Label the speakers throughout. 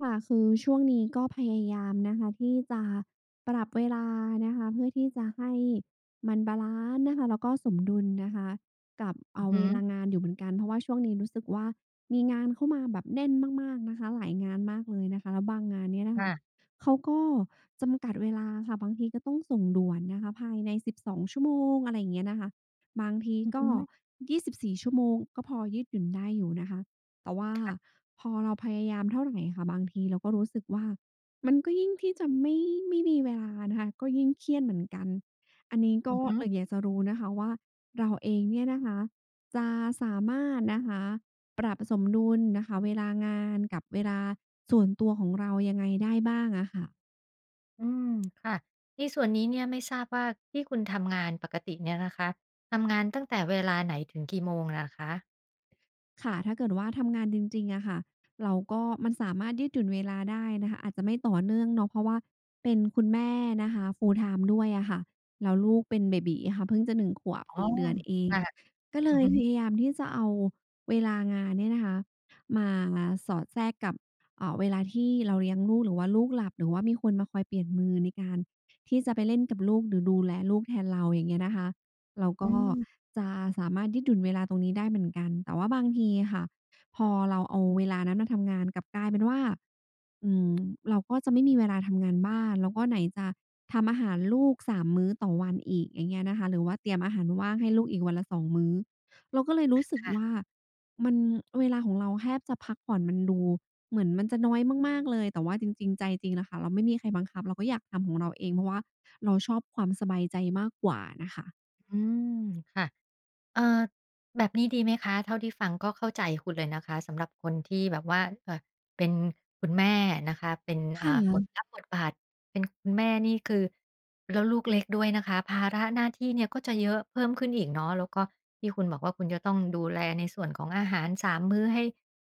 Speaker 1: ค่ะคือช่วงนี้ก็พยายามนะคะที่จะปรับเวลานะคะเพื่อที่จะให้มันบาลันซ์นะคะแล้วก็สมดุลนะคะกับ
Speaker 2: อือฮึ
Speaker 1: เวลางานอยู่เหมือนกันเพราะว่าช่วงนี้รู้สึกว่ามีงานเข้ามาแบบแน่นมากๆนะคะหลายงานมากเลยนะคะแล้วบางงานเนี่ยนะคะ
Speaker 2: ค่ะ
Speaker 1: เขาก็จำกัดเวลาค่ะบางทีก็ต้องส่งด่วนนะคะภายใน12ชั่วโมงอะไรอย่างเงี้ยนะคะบางที
Speaker 2: อือ
Speaker 1: ก็
Speaker 2: ฮึ
Speaker 1: 24ชั่วโมงก็พอยืดหยุ่นได้อยู่นะคะ แต่ว่าพอเราพยายามเท่าไหรค่ะบางทีเราก็รู้สึกว่ามันก็ยิ่งที่จะไม่มีเวลานะคะก็ยิ่งเครียดเหมือนกันอันนี้
Speaker 2: อื
Speaker 1: ก็
Speaker 2: อฮึ
Speaker 1: เลยอยากจะรู้นะคะว่าเราเองเนี่ยนะคะจะสามารถนะคะปรับสมดุลนะคะเวลางานกับเวลาส่วนตัวของเรายังไงได้บ้างอะค่ะ
Speaker 2: อืมค่ะที่ส่วนนี้เนี่ยไม่ทราบว่าที่คุณทำงานปกติเนี่ยนะคะ ทำงานตั้งแต่เวลาไหนถึงกี่โมงนะคะ
Speaker 1: ค่ะถ้าเกิดว่าทำงานจริงๆอะค่ะเราก็มันสามารถยืดหยุ่นเวลาได้นะคะอาจจะไม่ต่อเนื่องเนาะเพราะว่าเป็นคุณแม่นะคะ full time ด้วยอะค่ะแล้วลูกเป็นเบบี๋ค่ะเพิ่งจะหนึ่งขวบ
Speaker 2: อ๋อ
Speaker 1: สี่เดือนเอง
Speaker 2: ค่ะ
Speaker 1: ก็เล
Speaker 2: อือ
Speaker 1: ย
Speaker 2: ฮึ
Speaker 1: พยายามที่จะเอาเวลางานเนี่ยนะคะมาสอดแทรกกับเวลาที่เราเลี้ยงลูกหรือว่าลูกหลับหรือว่ามีคนมาคอยเปลี่ยนมือในการที่จะไปเล่นกับลูกหรือดูแลลูกแทนเราอย่างเงี้ยนะคะ เรา
Speaker 2: อื
Speaker 1: ก็
Speaker 2: ม
Speaker 1: จะสามารถยืดหยุ่นเวลาตรงนี้ได้เหมือนกัน แต่ว่าบางทีค่ะพอเราเอาเวลานั้นมาทำงานกลับกลายเป็นว่าอืมเราก็จะไม่มีเวลาทำงานบ้านแล้วก็ไหนจะทำอาหารลูก3 มื้อต่อวันอีกอย่างเงี้ยนะคะหรือว่าเตรียมอาหารว่างให้ลูกอีกวันละ2 มื้อเราก็เลยรู้สึกว่ามันเวลาของเราแทบจะพักผ่อนมันดูเหมือนมันจะน้อยมากๆเลยแต่ว่าจริงๆใจจริงน่ะค่ะเราไม่มีใครบังคับเราก็อยากทำของเราเองเพราะว่าเราชอบความสบายใจมากกว่าน่ะค่ะ
Speaker 2: อืมค่ะ เอ่อแบบนี้ดีไหมคะ เท่าที่ฟังก็เข้าใจคุณเลยนะคะสำหรับคนที่แบบว่าเป็นคุณแม่นะคะเป็น
Speaker 1: ค
Speaker 2: บท
Speaker 1: ่ะ
Speaker 2: รับบทบาทเป็นคุณแม่นี่คือแล้วลูกเล็กด้วยนะคะภาระหน้าที่เนี่ยก็จะเยอะเพิ่มขึ้นอีกเนาะแล้วก็ที่คุณบอกว่าคุณจะต้องดูแลในส่วนของอาหาร3มมื้อให้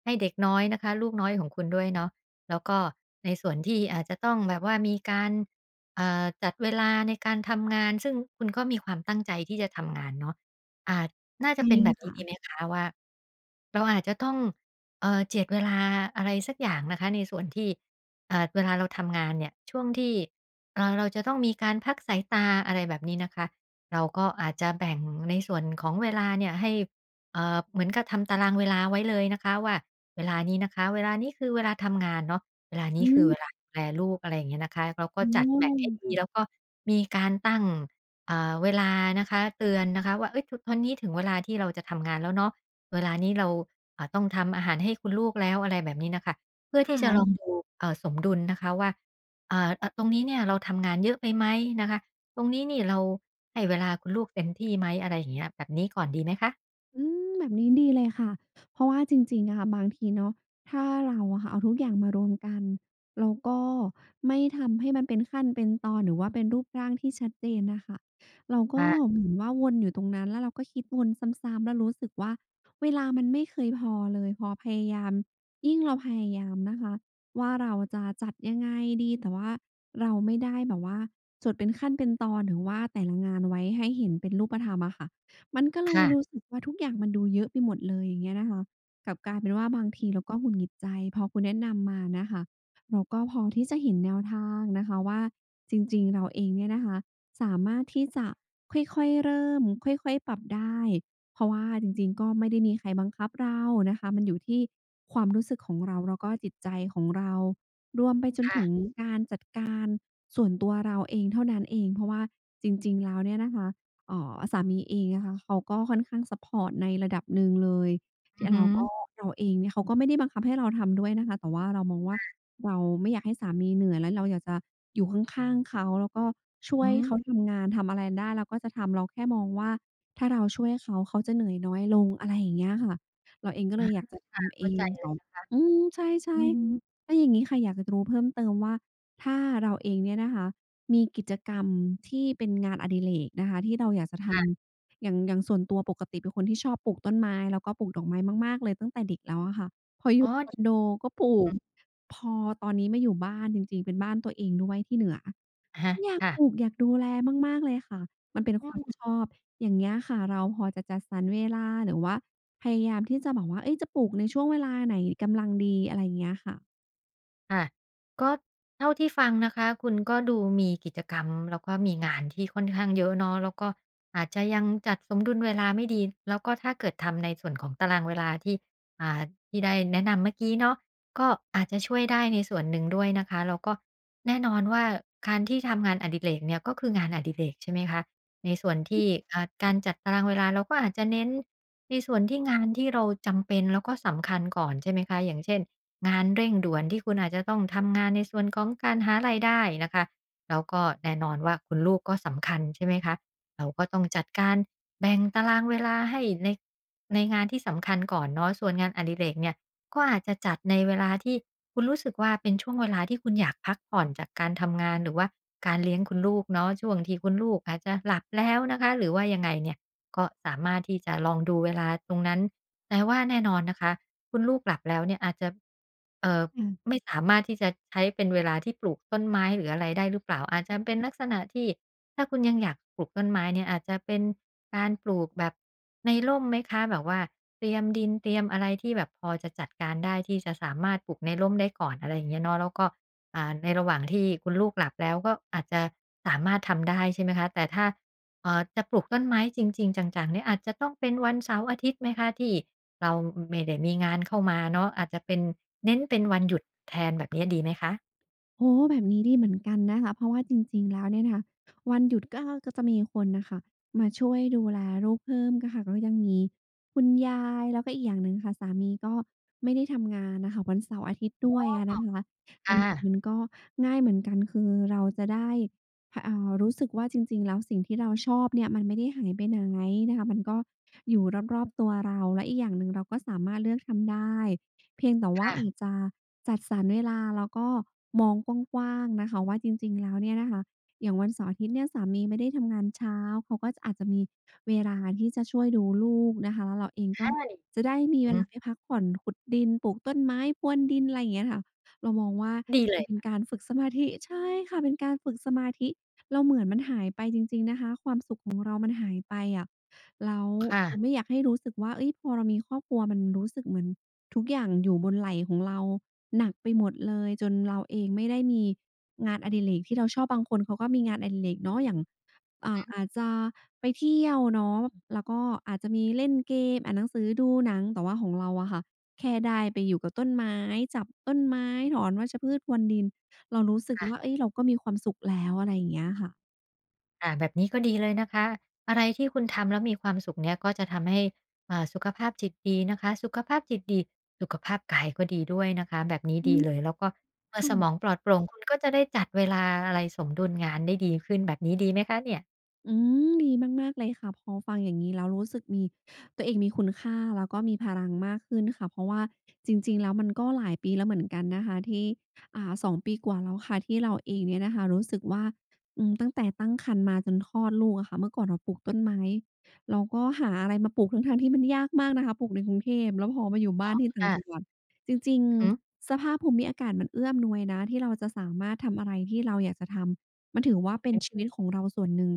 Speaker 2: ให้เด็กน้อยนะคะลูกน้อยของคุณด้วยเนาะแล้วก็ในส่วนที่อาจจะต้องแบบว่ามีการจัดเวลาในการทำงานซึ่งคุณก็มีความตั้งใจที่จะทำงานเนาะ อาน่าจะ
Speaker 1: ใช่
Speaker 2: เป็นแบบนี้
Speaker 1: ค่ะ
Speaker 2: ดีไหมคะว่าเราอาจจะต้องเจียดเวลาอะไรสักอย่างนะคะในส่วนที่เวลาเราทำงานเนี่ยช่วงที่เราจะต้องมีการพักสายตาอะไรแบบนี้นะคะเราก็อาจจะแบ่งในส่วนของเวลาเนี่ยให้เหมือนกับทำตารางเวลาไว้เลยนะคะว่าเวลานี้นะคะเวลานี้คือเวลาทำงานเนาะเวลานี้
Speaker 1: อื
Speaker 2: คือเว
Speaker 1: ม
Speaker 2: ลาดูแลลูกอะไรอย่างเงี้ยนะคะเราก็
Speaker 1: โอ
Speaker 2: จัดแบ่งให้
Speaker 1: ้
Speaker 2: ดีแล้วก็มีการตั้ง อ่าเวลานะคะเตือนนะคะว่าเอ้ยตอนนี้ถึงเวลาที่เราจะทำงานแล้วเนาะเวลานี้เราต้องทำอาหารให้คุณลูกแล้วอะไรแบบนี้นะคะเพื่อที่จะลอง
Speaker 1: ค่ะ
Speaker 2: ดูสมดุลนะคะว่าเออตรงนี้เนี่ยเราทำงานเยอะไปไหมนะคะตรงนี้นี่เราให้เวลาคุณลูกเต็มที่ไหมอะไรอย่างเงี้ยแบบนี้ก่อนดีไหมคะ
Speaker 1: อืมแบบนี้ดีเลยค่ะ เพราะว่าจริงๆอะค่ะบางทีเนาะถ้าเราอะค่ะเอาทุกอย่างมารวมกันแล้วก็ไม่ทำให้มันเป็นขั้นเป็นตอนหรือว่าเป็นรูปร่างที่ชัดเจนน่ะค่ะเราก็
Speaker 2: ค่ะ
Speaker 1: เหมือนว่าวนอยู่ตรงนั้นแล้วเราก็คิดวนซ้ำๆแล้วรู้สึกว่าเวลามันไม่เคยพอเลย พอพยายามยิ่งเราพยายามนะคะว่าเราจะจัดยังไงดี แต่ว่าเราไม่ได้แบบว่าจดเป็นขั้นเป็นตอนหรือว่าแต่ละงานไว้ให้เห็นเป็นรูปธรรมอะค่ะ มันก็เลยรู้
Speaker 2: ค่ะ
Speaker 1: สึกว่าทุกอย่างมันดูเยอะไปหมดเลยอย่างเงี้ยนะคะกลับกลายเป็นว่าบางทีเราก็หงุดหงิดใจพอคุณแนะนำมานะคะเราก็พอที่จะเห็นแนวทางนะคะว่าจริงๆเราเองเนี่ยนะคะสามารถที่จะค่อยๆเริ่มค่อยๆปรับได้เพราะว่าจริงๆก็ไม่ได้มีใครบังคับเรานะคะมันอยู่ที่ความรู้สึกของเราแล้วก็จิตใจของเรารวมไปจน
Speaker 2: ค่ะ
Speaker 1: ถึงการจัดการส่วนตัวเราเองเท่านั้นเองเพราะว่าจริงๆแล้วเนี่ยนะคะ สามีเองนะคะเขาก็ค่อนข้างซัปพอร์ตในระดับหนึ่งเลย
Speaker 2: อื
Speaker 1: ที่
Speaker 2: อฮึ
Speaker 1: เราก็
Speaker 2: อ
Speaker 1: เราเองเนี่ยเขาก็ไม่ได้บังคับให้เราทำด้วยนะคะแต่ว่าเรามองว่าเราไม่อยากให้สามีเหนื่อยแล้วเราอยากจะอยู่ข้างๆเขาแล้วก็ช่ว
Speaker 2: อื
Speaker 1: ย
Speaker 2: ม
Speaker 1: เขาทำงานทำอะไรได้เราก็จะทำเราแค่มองว่าถ้าเราช่วยเขาเขาจะเหนื่อยน้อยลงอะไรอย่างเงี้ยค่ะเราเองก็เล
Speaker 2: อา
Speaker 1: ยอยากจะทำเอ
Speaker 2: เข้าใจ
Speaker 1: ง
Speaker 2: เล
Speaker 1: แต่
Speaker 2: ย
Speaker 1: อืม
Speaker 2: อื
Speaker 1: ใช่
Speaker 2: ม
Speaker 1: ๆแล้วอย่างงี้ค่ะอยากจะรู้เพิ่มเติมว่าถ้าเราเองเนี่ยนะคะ มีกิจกรรมที่เป็นงานอดิเรกนะคะที่เราอยากจะท
Speaker 2: ค่ะ
Speaker 1: ำอย่างอย่างส่วนตัวปกติเป็นคนที่ชอบปลูกต้นไม้แล้วก็ปลูกดอกไม้มากๆเลยตั้งแต่เด็กแล้วอะค่ะพออ
Speaker 2: อ๋อ
Speaker 1: ยู่คอ
Speaker 2: ดี
Speaker 1: นโดก็ปลู
Speaker 2: อื
Speaker 1: ก
Speaker 2: ม
Speaker 1: พอตอนนี้มาอยู่บ้านจริงๆเป็นบ้านตัวเองด้วยที่เหนือ
Speaker 2: อะะ
Speaker 1: อยาก
Speaker 2: ค่ะ
Speaker 1: ปลูกอยากดูแลมากๆเลยค่ะมันเป็นความชอบอย่างเงี้ยค่ะเราพอจะจัดสรรเวลาหรือว่าพยายามที่จะแบบว่าเฮ้ยจะปลูกในช่วงเวลาไหนกำลังดีอะไรอย่างเงี้ยค่ะ
Speaker 2: ค่ะก็เท่าที่ฟังนะคะคุณก็ดูมีกิจกรรมแล้วก็มีงานที่ค่อนข้างเยอะเนาะแล้วก็อาจจะยังจัดสมดุลเวลาไม่ดีแล้วก็ถ้าเกิดทำในส่วนของตารางเวลาที่อ่าที่ได้แนะนำเมื่อกี้เนาะก็อาจจะช่วยได้ในส่วนหนึ่งด้วยนะคะแล้วก็แน่นอนว่าการที่ทำงานอดิเรกเนี่ยก็คืองานอดิเรกใช่ไหมคะในส่วนที่การจัดตารางเวลาเราก็อาจจะเน้นในส่วนที่งานที่เราจำเป็นแล้วก็สำคัญก่อนใช่ไหมคะอย่างเช่น งานเร่งด่วนที่คุณอาจจะต้องทำงานในส่วนของการหารายได้นะคะแล้วก็แน่นอนว่าคุณลูกก็สำคัญใช่ไหมคะเราก็ต้องจัดการแบ่งตารางเวลาให้ในงานที่สำคัญก่อนเนาะส่วนงานอดิเรกเนี่ยก็อาจจะจัดในเวลาที่คุณรู้สึกว่าเป็นช่วงเวลาที่คุณอยากพักผ่อนจากการทำงานหรือว่าการเลี้ยงคุณลูกเนาะช่วงที่คุณลูกอาจจะหลับแล้วนะคะหรือว่ายังไงเนี่ยก็สามารถที่จะลองดูเวลาตรงนั้นแต่ว่าแน่นอนนะคะ คุณลูกหลับแล้วเนี่ยอาจจะเอ่อ
Speaker 1: อา
Speaker 2: ไม่สามารถที่จะใช้เป็นเวลาที่ปลูกต้นไม้หรืออะไรได้หรือเปล่าอาจจะเป็นลักษณะที่ถ้าคุณยังอยากปลูกต้นไม้เนี่ยอาจจะเป็นการปลูกแบบในร่มไหมคะแบบว่าเตรียมดินเตรียมอะไรที่แบบพอจะจัดการได้ที่จะสามารถปลูกในร่มได้ก่อนอะไรอย่างเงี้ยเนาะแล้วก็ในระหว่างที่คุณลูกหลับแล้วก็อาจจะสามารถทำได้ใช่ไหมคะแต่ถ้า จะปลูกต้นไม้จริงๆจังๆเนี่ยอาจจะต้องเป็นวันเสาร์อาทิตย์ไหมคะที่เราไม่ได้มีงานเข้ามาเนาะอาจจะเป็นเน้นเป็นวันหยุดแทนแบบนี้ดีไหมคะ
Speaker 1: โอ้แบบนี้ดีเหมือนกันนะคะเพราะว่าจริงๆแล้วเนี่ยนะคะวันหยุดก็จะมีคนน่ะค่ะมาช่วยดูแลลูกเพิ่มก็ค่ะก็ยังมีคุณยายแล้วก็อีกอย่างหนึ่งค่ะสามีก็ไม่ได้ทำงานน่ะค่ะวันเสาร์อาทิตย์ด้วยอะนะคะอัน
Speaker 2: ค่ะ
Speaker 1: นี้มันก็ง่ายเหมือนกันคือเราจะได้พอ่ารู้สึกว่าจริงๆแล้วสิ่งที่เราชอบเนี่ยมันไม่ได้หายไปไหนนะคะมันก็อยู่รอบๆตัวเราและอีกอย่างหนึ่งเราก็สามารถเลือกทำได้ เพียงแต่ว่า
Speaker 2: ค่ะ
Speaker 1: อาจจะจัดสรรเวลาแล้วก็มองกว้างๆนะคะว่าจริงๆแล้วเนี่ยนะคะอย่างวันเสาร์อาทิตย์เนี่ยสามีไม่ได้ทำงานเช้าเขาก็อาจจะมีเวลาที่จะช่วยดูลูกนะคะแล้วเราเองก็
Speaker 2: อาดี
Speaker 1: จะได้มี
Speaker 2: อือ
Speaker 1: เว
Speaker 2: ฮึ
Speaker 1: ลาไปพักผ่อนขุดดินปลูกต้นไม้พรวนดินอะไรอย่างเงี้ยค่ะเรามองว่า
Speaker 2: ดีเล
Speaker 1: มัน
Speaker 2: ย
Speaker 1: เป็นการฝึกสมาธิใช่ค่ะเป็นการฝึกสมาธิแล้วเหมือนมันหายไปจริงๆนะคะความสุขของเรามันหายไปอะแล้ว
Speaker 2: ค่ะ
Speaker 1: เราไม่อยากให้รู้สึกว่าเฮ้ยพอเรามีครอบครัวมันรู้สึกเหมือน ทุกอย่างอยู่บนไหล่ของเราหนักไปหมดเลยจนเราเองไม่ได้มีงานอดิเรกที่เราชอบบางคนเขาก็มีงานอดิเรกเนาะอย่างอาจจะไปเที่ยวเนาะแล้วก็อาจจะมีเล่นเกมอ่านหนังสือดูหนังแต่ว่าของเราอะค่ะแค่ได้ไปอยู่กับต้นไม้จับต้นไม้ถอนวัชพืชพรวนดินเรารู้สึกว่า
Speaker 2: ค่ะ
Speaker 1: เฮ้ยเราก็มีความสุขแล้วอะไรอย่างเงี้ยค่ะ
Speaker 2: ค่ะแบบนี้ก็ดีเลยนะคะอะไรที่คุณทำแล้วมีความสุขเนี่ยก็จะทำให้สุขภาพจิตดีนะคะสุขภาพจิตดีสุขภาพกายก็ดีด้วยนะคะแบบนี้
Speaker 1: อื
Speaker 2: ดี
Speaker 1: ม
Speaker 2: เลยแล้วก็เมื่อสมองป
Speaker 1: ค่ะ
Speaker 2: ลอดโปร่งคุณก็จะได้จัดเวลาอะไรสมดุลงานได้ดีขึ้นแบบนี้ดีไหมคะเนี่ย
Speaker 1: อืมดีมากๆเลยค่ะพอฟังอย่างงี้แล้วรู้สึกมีตัวเองมีคุณค่าแล้วก็มีพลังมากขึ้นค่ะเพราะว่าจริงๆแล้วมันก็หลายปีแล้วเหมือนกันนะคะที่2 ปีกว่าแล้วค่ะที่เราเองเนี่ยนะคะรู้สึกว่าอืมตั้งแต่ตั้งครรภ์มาจนคลอดลูกอะค่ะเมื่อก่อนเราปลูกต้นไม้เราก็หาอะไรมาปลูกทั้งๆที่มันยากมากนะคะปลูกในกรุงเทพแล้วพอมาอยู่บ้านที่ต่างจังห
Speaker 2: ค่ะ
Speaker 1: วัดจริง
Speaker 2: อือฮึ
Speaker 1: ๆสภาพภูมิอากาศมันเอื้ออำนวยนะที่เราจะสามารถทำอะไรที่เราอยากจะทำมันถือว่าเป็นชีวิ
Speaker 2: อ
Speaker 1: ตของเราส่วนหนึ่ง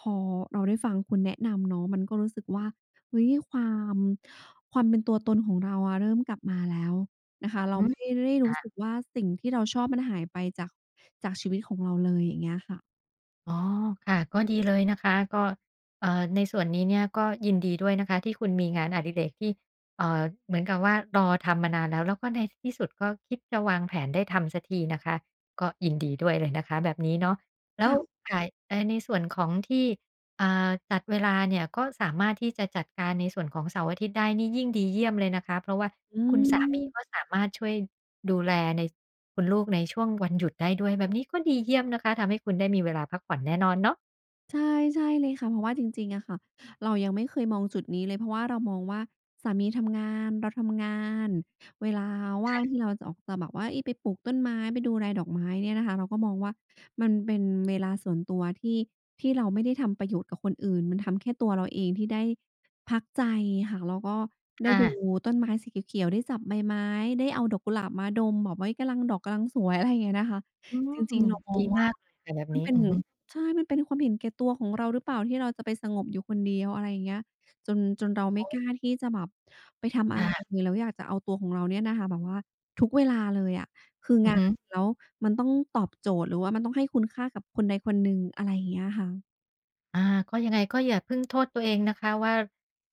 Speaker 1: พอเราได้ฟังคุณแนะนำเนาะมันก็รู้สึกว่าเฮ้ยความเป็นตัวตนของเราอะเริ่มกลับมาแล้วนะคะเรา
Speaker 2: ืม
Speaker 1: ไม่ได้รู้สึ
Speaker 2: ค่ะ
Speaker 1: กว่าสิ่งที่เราชอบมันหายไปจากชีวิตของเราเลยอย่างเงี้ยค่ะ
Speaker 2: อ๋อค่ะ ก็ดีเลยนะคะ ก็ในส่วนนี้เนี่ยก็ยินดีด้วยนะคะที่คุณมีงานอดิเรกที่เอ่อเหมือนกับว่ารอทำมานานแล้วแล้วก็ในที่สุดก็คิดจะวางแผนได้ทำสักทีนะคะก็ยินดีด้วยเลยนะคะแบบนี้เนาะแล้ว
Speaker 1: ค่ะ
Speaker 2: ค่ะในส่วนของที่ อ่าจัดเวลาเนี่ยก็สามารถที่จะจัดการในส่วนของเสาร์อาทิตย์ได้นี่ยิ่งดีเยี่ยมเลยนะคะเพราะว่า
Speaker 1: อื
Speaker 2: คุณ
Speaker 1: ม
Speaker 2: สามีก็สามารถช่วยดูแลในคุณลูกในช่วงวันหยุดได้ด้วยแบบนี้ก็ดีเยี่ยมนะคะทำให้คุณได้มีเวลาพักผ่อนแน่นอนเนาะ
Speaker 1: ใช่ใช่เลยค่ะเพราะว่าจริงๆอะค่ะเรายังไม่เคยมองจุดนี้เลยเพราะว่าเรามองว่าสามีทำงานเราทำงานเวลาว่างที่เราจะออกจะแบบว่าเอ๊ยไปปลูกต้นไม้ไปดูไรดอกไม้เนี่ยนะคะเราก็มองว่ามันเป็นเวลาส่วนตัวที่เราไม่ได้ทำประโยชน์กับคนอื่นมันทำแค่ตัวเราเองที่ได้พักใจค่ะแล้วก็ได้ดู
Speaker 2: ค่ะ
Speaker 1: ต้นไม้สีเขียวๆได้จับใบไม้ได้เอาดอกกุหลาบมาดมแบบเฮ้ยกำลังดอกกำลังสวยอะไรอย่างเงี้ยนะคะ
Speaker 2: อื
Speaker 1: จริง
Speaker 2: ม
Speaker 1: ๆเรามอง
Speaker 2: ดี
Speaker 1: ว่า
Speaker 2: มากเลยค่ะแบบ
Speaker 1: มัน
Speaker 2: นี้
Speaker 1: เป็น
Speaker 2: อือฮึ
Speaker 1: ใช่มันเป็นความเห็นแก่ตัวของเราหรือเปล่าที่เราจะไปสงบอยู่คนเดียวอะไรอย่างเงี้ยจนเราไม่
Speaker 2: อ
Speaker 1: กล้าที่จะแบบไปทำอะไร
Speaker 2: ค่ะ
Speaker 1: เลยแล้วอยากจะเอาตัวของเราเนี่ยนะคะแบบว่าทุกเวลาเลยอะคือ
Speaker 2: อือ
Speaker 1: งา
Speaker 2: ฮึ
Speaker 1: นแล้วมันต้องตอบโจทย์หรือว่ามันต้องให้คุณค่ากับคนใดคนหนึ่งอะไรอย่างเงี้ยค่ะ
Speaker 2: อาก็ยังไงก็อย่าเพิ่งโทษตัวเองนะคะว่า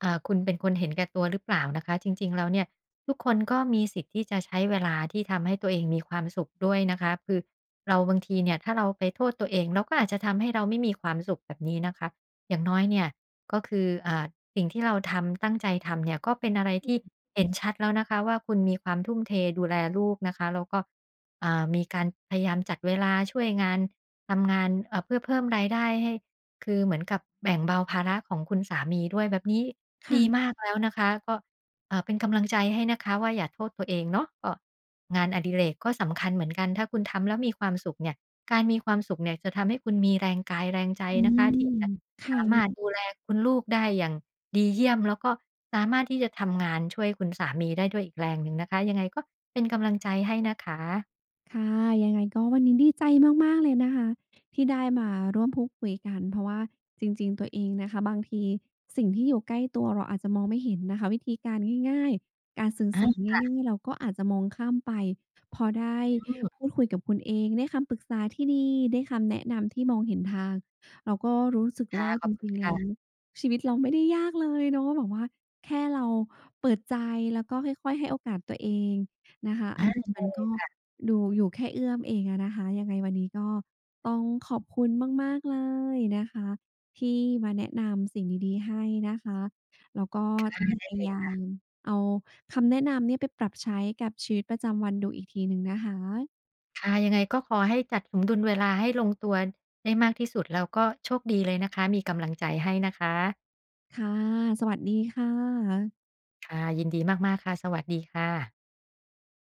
Speaker 2: คุณเป็นคนเห็นแก่ตัวหรือเปล่านะคะจริงๆแล้วเนี่ยทุกคนก็มีสิทธิ์ที่จะใช้เวลาที่ทำให้ตัวเองมีความสุขด้วยนะคะคือเราบางทีเนี่ยถ้าเราไปโทษตัวเองเราก็อาจจะทำให้เราไม่มีความสุขแบบนี้นะคะอย่างน้อยเนี่ยก็คือสิ่งที่เราทำตั้งใจทำเนี่ยก็เป็นอะไรที่เห็นชัดแล้วนะคะว่าคุณมีความทุ่มเทดูแลลูกนะคะแล้วก็มีการพยายามจัดเวลาช่วยงานทำงานเพื่อเพิ่มรายได้ให้ คือเหมือนกับแบ่งเบาภาระของคุณสามีด้วยแบบนี้ดี
Speaker 1: ค่ะ
Speaker 2: มากแล้วนะคะก็เป็นกำลังใจให้นะคะว่าอย่าโทษตัวเองเนาะก็งานอดิเรกก็สำคัญเหมือนกันถ้าคุณทำแล้วมีความสุขเนี่ยการมีความสุขเนี่ยจะทำให้คุณมีแรงกายแรงใจ
Speaker 1: อื
Speaker 2: นะคะ
Speaker 1: ม
Speaker 2: ที่จะ
Speaker 1: ค
Speaker 2: สามารถ
Speaker 1: ่ะ
Speaker 2: ดูแลคุณลูกได้อย่างดีเยี่ยมแล้วก็สามารถที่จะทำงานช่วยคุณสามีได้ด้วยอีกแรงหนึ่งนะคะยังไงก็เป็นกำลังใจให้นะคะ
Speaker 1: ค่ะยังไงก็วันนี้ดีใจมากๆเลยนะคะที่ได้มาร่วมพูดคุยกันเพราะว่าจริงๆตัวเองนะคะบางทีสิ่งที่อยู่ใกล้ตัวเราอาจจะมองไม่เห็นนะคะวิธีการง่ายๆการสื่อสาร
Speaker 2: อา
Speaker 1: ง่ายๆเราก็อาจจะมองข้ามไปพอได้
Speaker 2: อื
Speaker 1: พู
Speaker 2: ม
Speaker 1: ดคุยกับคุณเองได้คำปรึกษาที่ดีได้คำแนะนำที่มองเห็นทางเราก็รู้สึก
Speaker 2: ค่ะ
Speaker 1: ว่า
Speaker 2: ข
Speaker 1: จ
Speaker 2: อบคุณ
Speaker 1: ริงๆแล้ว
Speaker 2: ค่ะ
Speaker 1: ชีวิตเราไม่ได้ยากเลยเนาะแบบว่าแค่เราเปิดใจแล้วก็ค่อยๆให้โอกาสตัวเองนะคะอันนี้มันก็ ดูอยู่แค่เอื้อมเองอะนะคะยังไงวันนี้ก็ต้องขอบคุณมากๆเลยนะคะที่มาแนะนำสิ่งดีๆให้นะคะแล้วก็จะพยายามเอาคำแนะนำเนี่ยไปปรับใช้กับชีวิตประจำวันดูอีกทีหนึ่งนะคะ
Speaker 2: ค่ะยังไงก็ขอให้จัดสมดุลเวลาให้ลงตัวได้มากที่สุดแล้วก็โชคดีเลยนะคะมีกำลังใจให้นะคะ
Speaker 1: ค่ะสวัสดีค่ะ
Speaker 2: ค่ะยินดีมากๆค่ะสวัสดีค่ะ